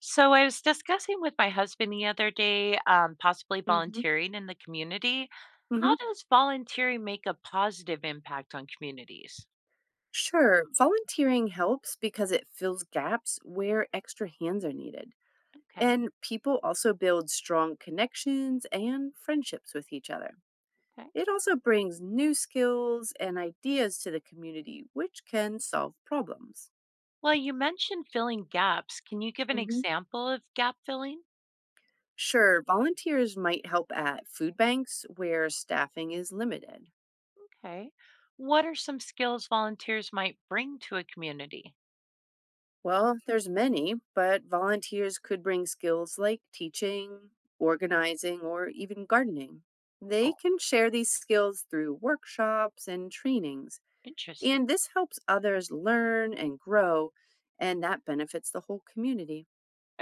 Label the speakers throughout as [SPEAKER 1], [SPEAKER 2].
[SPEAKER 1] So I was discussing with my husband the other day, possibly
[SPEAKER 2] Mhm,
[SPEAKER 1] volunteering in the community.
[SPEAKER 2] mhm.
[SPEAKER 1] How does volunteering make a positive impact on communities?
[SPEAKER 2] Sure, volunteering helps because it fills gaps where extra hands are needed.
[SPEAKER 1] Okay.
[SPEAKER 2] And people also build strong connections and friendships with each other.
[SPEAKER 1] Okay.
[SPEAKER 2] It also brings new skills and ideas to the community, which can solve problems.
[SPEAKER 1] Well, you mentioned filling gaps. Can you give an
[SPEAKER 2] Mhm.
[SPEAKER 1] example of gap filling?
[SPEAKER 2] Sure, volunteers might help at food banks where staffing is limited.
[SPEAKER 1] Okay. What are some skills volunteers might bring to a community?
[SPEAKER 2] Well, there's many, but volunteers could bring skills like teaching, organizing, or even gardening. They
[SPEAKER 1] Oh,
[SPEAKER 2] can share these skills through workshops and trainings,
[SPEAKER 1] interesting.
[SPEAKER 2] and this helps others learn and grow, and that benefits the whole community.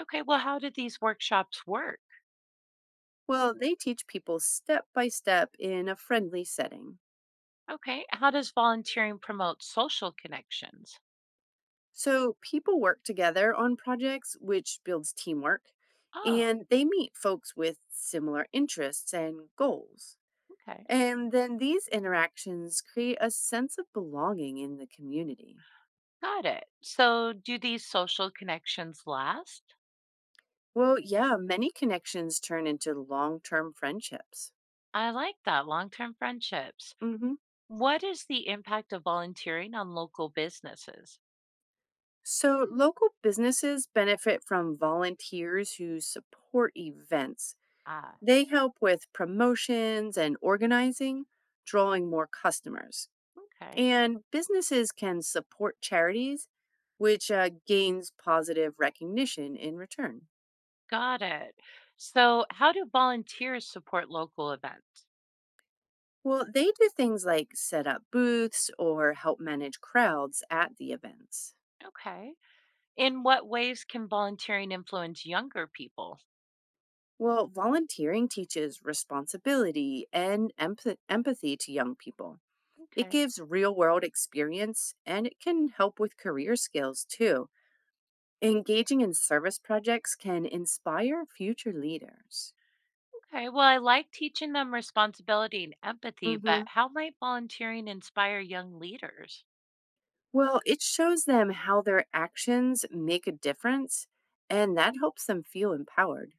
[SPEAKER 1] Okay, well, how do these workshops work?
[SPEAKER 2] Well, they teach people step by step in a friendly setting.
[SPEAKER 1] Okay, how does volunteering promote social connections?
[SPEAKER 2] So people work together on projects, which builds teamwork,
[SPEAKER 1] Oh,
[SPEAKER 2] and they meet folks with similar interests and goals.
[SPEAKER 1] okay.
[SPEAKER 2] And then these interactions create a sense of belonging in the community.
[SPEAKER 1] Got it. So, do these social connections last?
[SPEAKER 2] Well, yeah, many connections turn into long term friendships.
[SPEAKER 1] I like that, long term friendships.
[SPEAKER 2] Hmm.
[SPEAKER 1] What is the impact of volunteering on local businesses?
[SPEAKER 2] So, local businesses benefit from volunteers who support events.
[SPEAKER 1] Ah,
[SPEAKER 2] They help with promotions and organizing, drawing more customers.
[SPEAKER 1] okay.
[SPEAKER 2] And businesses can support charities, which gains positive recognition in return.
[SPEAKER 1] Got it. So, how do volunteers support local events?
[SPEAKER 2] Well, they do things like set up booths or help manage crowds at the events.
[SPEAKER 1] Okay. In what ways can volunteering influence younger people?
[SPEAKER 2] Well, volunteering teaches responsibility and empathy to young people. It
[SPEAKER 1] Okay.
[SPEAKER 2] gives real world experience and it can help with career skills too. Engaging in service projects can inspire future leaders.
[SPEAKER 1] Okay. Well, I like teaching them responsibility and empathy, but
[SPEAKER 2] Hmm.
[SPEAKER 1] how might volunteering inspire young leaders?
[SPEAKER 2] Well, it shows them how their actions make a difference, and that helps them feel empowered.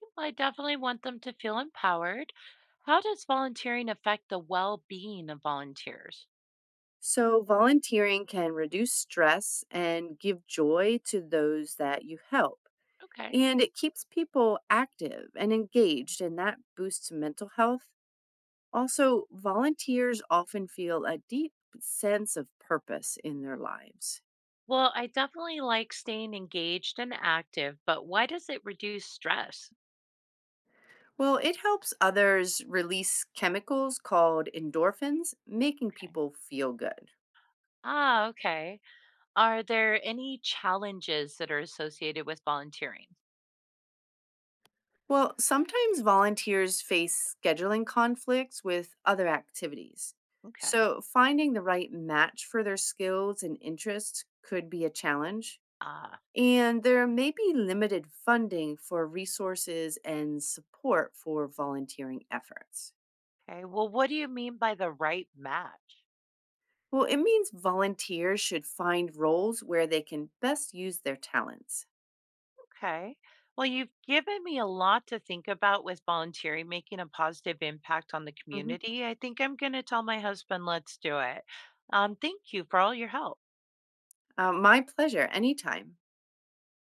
[SPEAKER 1] Well, I definitely want them to feel empowered. How does volunteering affect the well being of volunteers?
[SPEAKER 2] So, volunteering can reduce stress and give joy to those that you help.
[SPEAKER 1] Okay.
[SPEAKER 2] And it keeps people active and engaged, and that boosts mental health. Also, volunteers often feel a deep sense of purpose in their lives.
[SPEAKER 1] Well, I definitely like staying engaged and active, but why does it reduce stress?
[SPEAKER 2] Well, it helps others release chemicals called endorphins, making
[SPEAKER 1] Okay.
[SPEAKER 2] people feel good.
[SPEAKER 1] Ah, okay. Are there any challenges that are associated with volunteering?
[SPEAKER 2] Well, sometimes volunteers face scheduling conflicts with other activities.
[SPEAKER 1] Okay.
[SPEAKER 2] So, finding the right match for their skills and interests could be a challenge.
[SPEAKER 1] Ah,
[SPEAKER 2] And there may be limited funding for resources and support for volunteering efforts.
[SPEAKER 1] okay. Well, what do you mean by the right match?
[SPEAKER 2] Well, it means volunteers should find roles where they can best use their talents.
[SPEAKER 1] Okay. Well, you've given me a lot to think about with volunteering, making a positive impact on the
[SPEAKER 2] Mhm.
[SPEAKER 1] community. I think I'm going to tell my husband, let's do it. Thank you for all your help.
[SPEAKER 2] My pleasure, anytime.